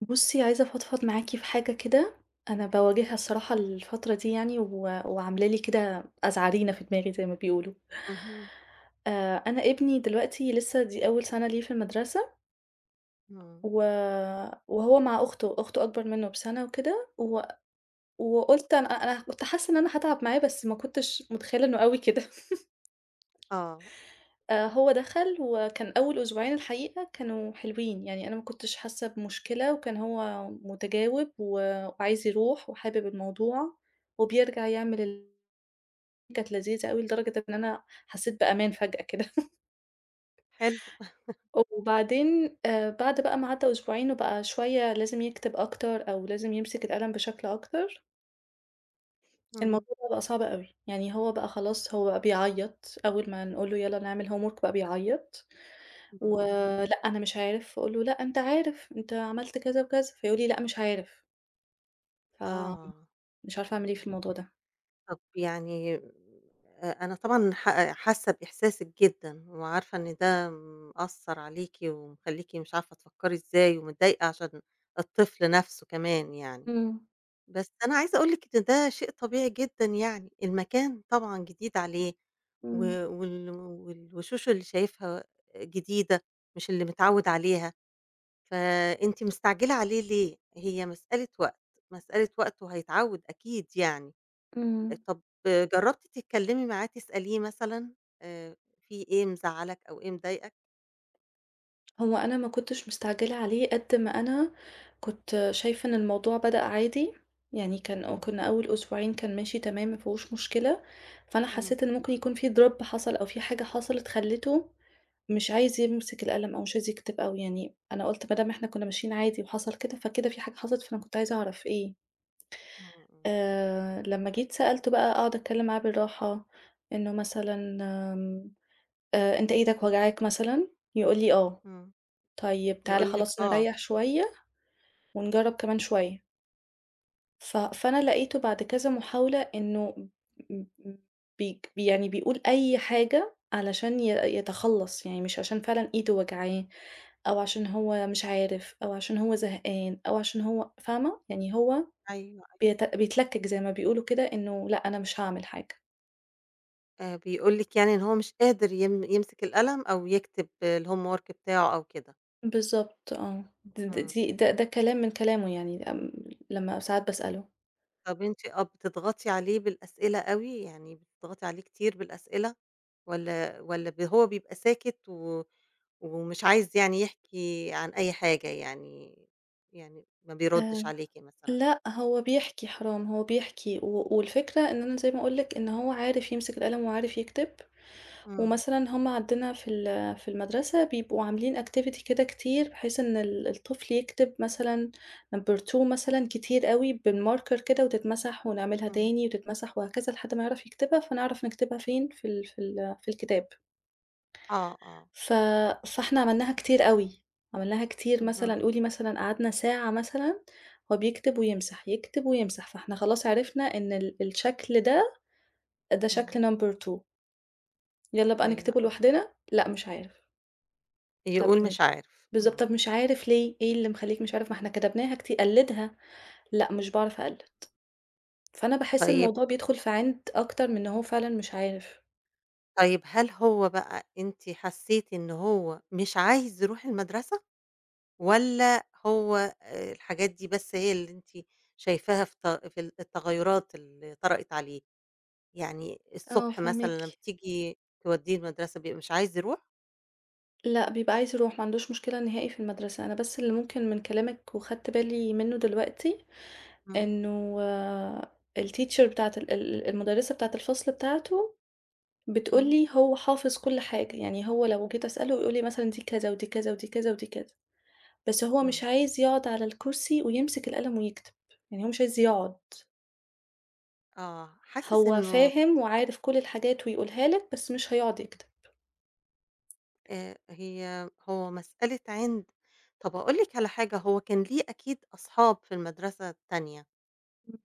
بُصّي، عايزة أفضفض معاكِ في حاجة كده، أنا باواجهها الصراحة الفترة دي يعني و وعاملة لي كده أزعرينة في دماغي زي ما بيقولوا. اهم، أنا ابني دلوقتي لسه دي أول سَنة ليه في المدرسة إمم، و وهو مع أخته، أخته أكبر منّه بسَنة وكده و وقُلت أنا كنت حاسّة إن أنا هاتعب معاه، بس ما كنتش متخيّلة إنه أوي كده. آه، هو دخل وكان أول أسبوعين الحقيقة كانوا حلوين، يعني أنا ما كنتش حاسة بمشكلة وكان هو متجاوب و وعايز يروح وحابب الموضوع، وبيرجع يعمل كانت لذيذة أوي لدرجة إن أنا حسيت بأمان فجأة كده. حلو، وبعدين بعد بقى ما عدّى أسبوعين وبقى شوية لازم يكتب أكتر أو لازم يمسك القلم بشكل أكتر، اهم، الموضوع ده بقى صعب أوي، يعني هو بقى خلاص هو بقى بيعيّط، أول ما نقول له يالّا نعمل homework بقى بيعيّط. إمم، ولأ أنا مش عارف، فأقول له: "لأ أنت عارف، أنت عملت كذا وكذا." فيقول لي: "لأ مش عارف." فمش آه، عارفة أعمل إيه إمم، في الموضوع ده. طب يعني أنا طبعًا حاسة بإحساسِك جدًا، وعارفة إن ده مأثّر عليكِ ومخلّيكِ مش عارفة تفكّري إزاي، ومتضايقة عشان الطفل نَفْسه كمان يعني، إمم، بس أنا عايزة أقول لِك إن ده شيء طبيعي جدًا يعني، المكان طبعًا جديد عليه و إمم، وال والوشوش اللي شايفها جديدة، مش اللي متعوّد عليها. فأنتِ مستعجلة عليه ليه؟ هي مسألة وقت، مسألة وقت وهيتعوّد أكيد يعني. إمم. طَب جرّبتِ تتكلّمي معاه تسأليه مثلًا آآ في إيه مزعّلك أو إيه مضايقك؟ هو أنا ما كنتش مستعجلة عليه قد ما أنا كنت شايفة إن الموضوع بدأ عادي، يعني كان أو إمم، كنا أول أسبوعين كان ماشي تمام ما فيهوش مشكلة، فأنا إمم، حسيت إن ممكن يكون في drop حصل أو في حاجة حصلت خلّته مش عايز يمسك القلم أو مش عايز يكتب، أو يعني أنا قُلت ما دام إحنا كنا ماشيين عادي وحصل كده، فكده في حاجة حصلت، فأنا كنت عايزة أعرف إيه. إمم، إمم، لمّا جيت سألته بقى أقعد أتكلّم معاه بالراحة، إنه مثلًا آمم، "أنت إيدك واجعاك مثلًا؟" يقول لي "آه." إمم. "طيب تعالَ يقول لِك خلاص آه، نريّح شوية ونجرّب كمان شوية." فأنا لقيته بعد كذا محاولة إنه م م يعني بيقول أي حاجة علشان يتخلّص، يعني مش عشان فعلًا إيده واجعاه أو عشان هو مش عارف أو عشان هو زهقان أو عشان هو فاهمة؟ يعني هو أيوه، أيوه. بيتلكِّك زي ما بيقولوا كده إنه لأ، أنا مش هاعمل حاجة. بيقول لِك يعني إن هو مش قادر يمسك القلم أو يكتب الhomework بتاعه أو كده. بالضبط آه، د د إمم. دي ده ده كلام من كلامه يعني لمّا ساعات باسأله. طب أنتِ آه، بتضغطي عليه بالأسئلة أوي، يعني بتضغطي عليه كتير بالأسئلة والّا هو بيبقى ساكت ومش عايز يعني يحكي عن أي حاجة يعني يعني ما آآ، بيردّش عليكِ مثلًا؟ لأ هو بيحكي حرام، هو بيحكي والفكرة إن أنا زي ما أقول لِك إن هو عارف يمسك القلم وعارف يكتب، إمم، ومثلًا هم عندنا في المدرسة بيبقوا عاملين activity كده كتير بحيث إن الطفل يكتب مثلًا number 2 مثلًا كتير أوي بالmarker كده وتتمسح ونعملها إمم، تاني وتتمسح وهكذا لحد ما يعرف يكتبها، فنعرف نكتبها فين في الكتاب. آه، آه، ف فإحنا عملناها كتير أوي، عملناها كتير اهم، مثلًا قولي مثلًا قعدنا ساعة مثلًا هو بيكتب ويمسح، يكتب ويمسح، فإحنا خلاص عرفنا إن الشكل ده، ده شكل إمم، number 2، يالّا بقى أيوه، نكتبه أيوه، لوحدنا، لأ مش عارف. طب يقول مش مش عارف، بالضبط، إمم، طب مش عارف ليه؟ إيه اللي مخلّيك مش عارف؟ ما إحنا كتبناها قلّدها، لأ مش باعرف أقلّد، فأنا باحس طيب الموضوع بيدخل في عِند أكتر من إن هو فعلًا مش عارف. طيب هل هو بقى أنتِ حسيتِ إن هو مش عايز يروح المدرسة؟ والّا هو الحاجات دي بس هي اللي أنتِ شايفاها في ت في ال التغيُّرات اللي طرأت عليه؟ يعني آه الصبح مثلًا فاهماكِ. لمّا بتيجي تودّيه المدرسة بيبقى مش عايز يروح؟ لأ، بيبقى عايز يروح، ما عندوش مشكلة نهائي في المدرسة. أنا بس اللي ممكن من كلامِك وخدت بالي منّه دلوقتي، إمم، إنه آه، الteacher بتاعة ال ال المُدرّسة بتاعة الفصل بتاعته بتقول إمم، لي هو حافظ كل حاجة، يعني هو لو جيت أسأله يقول لي مثلًا دي كذا، ودي كذا، ودي كذا، ودي كذا، بس هو إمم، مش عايز يقعد على الكرسي ويمسك القلم ويكتب، يعني هو مش عايز يقعد، آه، حاسس هو إنه فاهم وعارف كل الحاجات ويقولها لك، بس مش هيقعد يكتب. هي هو مسألة عِند. طَب هاقول لِك على حاجة، هو كان ليه أكيد أصحاب في المدرسة التانية، إمم.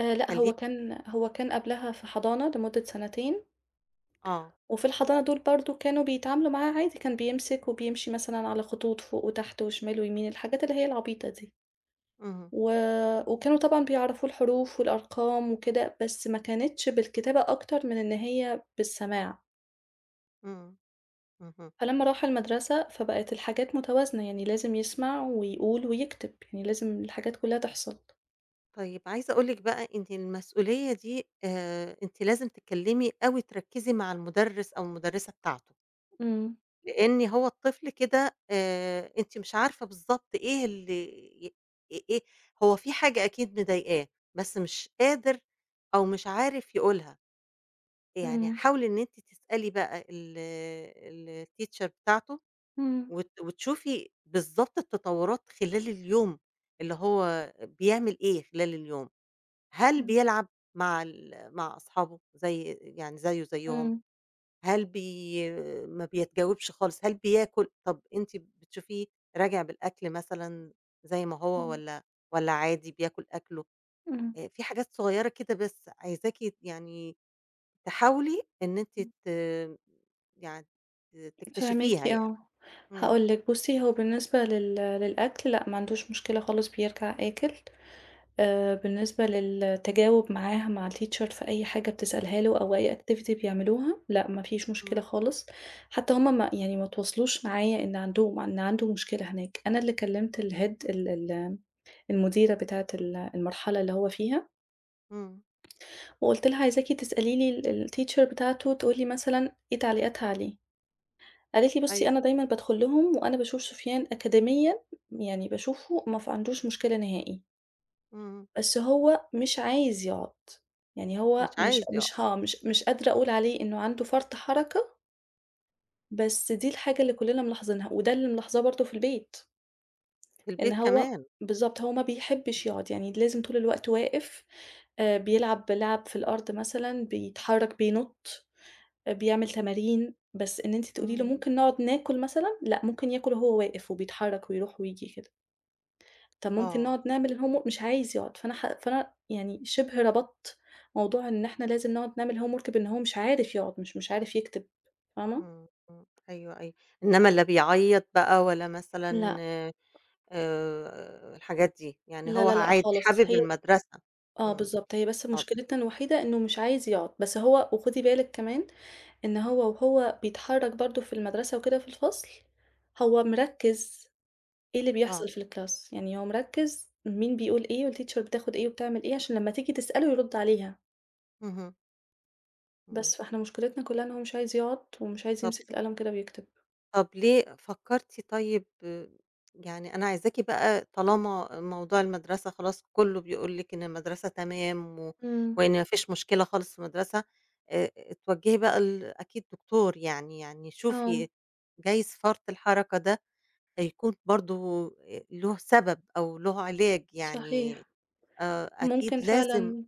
لأ، كان ليه هو كان قبلها في حضانة لمدة سنتين. آه، وفي الحضانة دول برضه كانوا بيتعاملوا معاه عادي، كان بيمسك وبيمشي مثلًا على خطوط فوق وتحت وشمال ويمين، الحاجات اللي هي العبيطة دي. اهم، و وكانوا طبعًا بيعرفوه الحروف والأرقام وكده، بس ما كانتش بالكتابة أكتر من إن هي بالسماع. إمم، اهم. فلمّا راح المدرسة، فبقت الحاجات متوازنة، يعني لازم يسمع ويقول ويكتب، يعني لازم الحاجات كلها تحصل. طيب عايزة أقول لِك بقى إن المسؤولية دي أنتِ لازم تتكلمي أوي تركّزي مع المُدرِّس أو المُدرِّسة بتاعته، إمم، لإن هو الطفل كده أنتِ مش عارفة بالضبط إيه اللي ي إيه إيه، هو في حاجة أكيد مضايقاه، بس مش قادر أو مش عارف يقولها، يعني إمم، حاولي إن أنتِ تسألي بقى الteacher بتاعته إمم، وتشوفي بالضبط التطوّرات خلال اليوم، اللي هو بيعمل إيه خلال اليوم. هل إمم، بيلعب مع أصحابه زي يعني زيه زيهم؟ إمم، هل بي ما بيتجاوبش خالص؟ هل بياكل؟ طب أنتِ بتشوفيه راجع بالأكل مثلًا زي ما هو إمم، والّا عادي بياكل أكله؟ في حاجات صغيّرة كده بس عايزاكِ يعني تحاولي إن أنتِ إمم. يعني فاهماكِ تكتشفيها آه. يعني. إمم، هاقول لِك بُصّي، هو بالنسبة للأكل لأ، ما عندوش مشكلة خالص بيرجع آكل. بالنسبة للتجاوب معاها مع الteacher في أي حاجة بتسألها له أو أي activity بيعملوها، لأ ما فيش مشكلة إمم، خالص. حتى هم ما يعني ما اتواصلوش معايا إن عندهم إن عنده مشكلة هناك. أنا اللي كلّمت الhead ال ال المديرة بتاعة المرحلة اللي هو فيها، إمم، وقُلت لها عايزاكِ تسألي لي الteacher بتاعته تقول لي مثلًا إيه تعليقاتها عليه. قالت لي: "بُصّي أيوه، أنا دايمًا بادخل لهم وأنا باشوف سفيان أكاديميًا يعني باشوفه ما ف عندوش مشكلة نهائي، إمم، بس هو مش عايز يقعد." يعني مش هو مش عايز يقع، مش ها مش مش قادرة أقول عليه إنه عنده فرط حركة، بس دي الحاجة اللي كُلّنا ملاحظينها وده اللي ملاحظاه برضه في البيت، في إن البيت هو كمان. بالضبط، هو ما بيحبّش إمم، يقعد، يعني لازم طول الوقت واقف، بيلعب لعَب في الأرض مثلًا، بيتحرّك، بينُط. بيعمل تمارين، بس إن أنتِ تقولي له إمم، ممكن نقعد ناكل مثلًا، لأ ممكن ياكل وهو واقف وبيتحرك ويروح وييجي كده، طب ممكن آه. نقعد نعمل الhomework مش عايز يقعد، فأنا يعني شبه ربطت موضوع إن إحنا لازم نقعد نعمل homework بإن هو مش عارف يقعد، مش عارف يكتب، فاهمة؟ إمم، إمم، أيوه، أيوه، إنما لا بيعيّط بقى ولا مثلًا لأ، الحاجات دي، يعني لا، هو لا، لأ عادي خالص، حابب هي المدرسة، آه إمم، بالضبط، هي بس طب مشكلتنا الوحيدة إنه مش عايز يقعد، بس هو وخدي بالِك كمان إن هو وهو بيتحرك برضه في المدرسة وكده في الفصل، هو مركّز. إيه اللي آه، بيحصل في الكلاس، يعني هو مركّز مين بيقول إيه والteacher بتاخد إيه وبتعمل إيه عشان لمّا تيجي تسأله يرُد عليها، اهم، إمم، بس فإحنا مشكلتنا كلّها إن هو مش عايز يقعد ومش عايز طب يمسك القلم كده ويكتب. ليه فكرتِ طيب آه، يعني أنا عايزاكِ بقى طالما موضوع المدرسة خلاص كلّه بيقول لِك إن المدرسة تمام إمم، وإن ما فيش مشكلة خالص في المدرسة، اتوجهي بقى أكيد دكتور يعني يعني آه، شوفي جايز فرط الحركة ده هيكون برضه له سبب أو له علاج، يعني صحيح، أكيد ممكن لازم فعلًا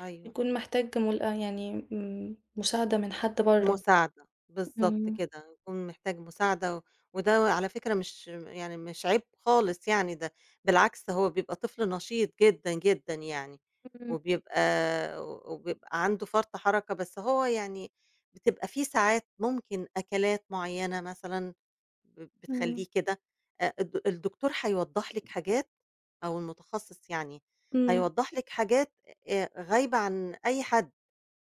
أيوه، يكون محتاج مل يعني مساعدة من حد برّه، مساعدة، بالضبط إمم، كده، يكون محتاج مساعدة وده على فكرة مش يعني مش عيب خالص يعني ده بالعكس هو بيبقى طفل نشيط جدًا، جدًا يعني، إمم، وبيبقى وبيبقى عنده فرط حركة، بس هو يعني بتبقى في ساعات ممكن أكلات معيّنة مثلًا إمم، بتخلّيه كده الدكتور هيوضّح لِك حاجات أو المتخصص يعني، إمم، هيوضّح لِك حاجات غايبة عن أي حد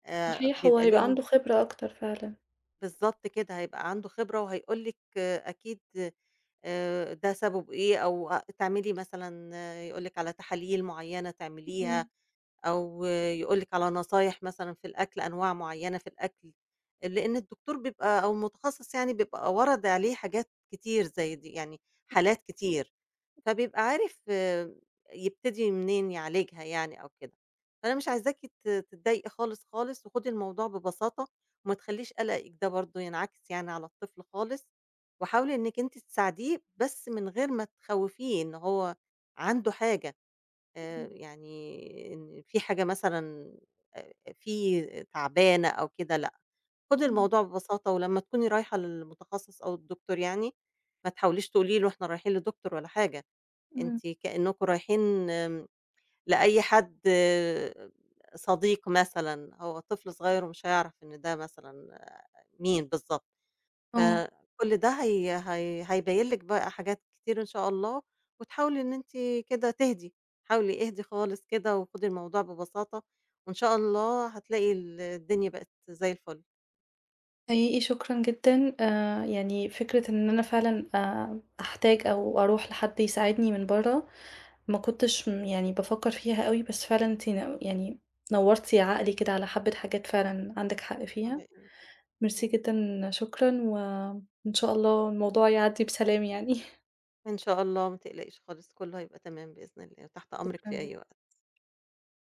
صحيح هو بيبقى هيبقى ليهم عنده خبرة أكتر فعلًا. بالضبط كده، هيبقى عنده خبرة وهيقول لِك أكيد ده سببه إيه أو تعملي مثلًا يقول لِك على تحاليل معيّنة تعمليها إمم، أو يقول لِك على نصايح مثلًا في الأكل، أنواع معيّنة في الأكل، لإن الدكتور بيبقى أو المتخصص يعني بيبقى ورد عليه حاجات كتير زي دي، يعني حالات كتير، فبيبقى عارف آه، يبتدي منين يعالجها يعني أو كده. فأنا مش عايزاكِ تتضايقي خالص، خالص، وخدي الموضوع ببساطة وما تخلّيش قلقِك ده برضه ينعكس يعني على الطفل خالص، وحاولي إنِّك أنتِ تساعديه بس من غير ما تخوّفيه إن هو عنده حاجة، إمم، يعني إن في حاجة مثلًا فيه تعبانة أو كده لأ، خُدي إمم، الموضوع ببساطة ولمّا تكوني رايحة للمتخصص أو الدكتور يعني، ما تحاوليش تقولي له إحنا رايحين لدكتور ولا حاجة، إمم، أنتِ كأنكم رايحين آمم لأي حد آه، صديق مثلًا، هو طفل صغير ومش هيعرف إن ده مثلًا آه، مين بالضبط. آه. فكل ده هي هيبين لِك بقى حاجات كتير إن شاء الله، وتحاولي إن أنتِ كده تهدي، حاولي اهدي خالص كده وخدي الموضوع ببساطة، وإن شاء الله هتلاقي الدنيا بقت زي الفل. حقيقي شكرًا جدًا، يعني فكرة إن أنا فعلًا أحتاج أو أروح لحد يساعدني من برّه، ما كنتش يعني بافكّر فيها أوي، بس فعلًا أنتِ يعني نوّرتِ عقلي كده على حبّة حاجات فعلًا عندِك حق على فيها، إيه؟ ميرسي إمم. جدًا، شكرًا، وإن شاء الله الموضوع يعدّي بسلام يعني، إن شاء الله ما تقلقيش خالص، كله هيبقى تمام بإذن الله، وتحت أمرِك شكرًا في أي جدًا. وقت.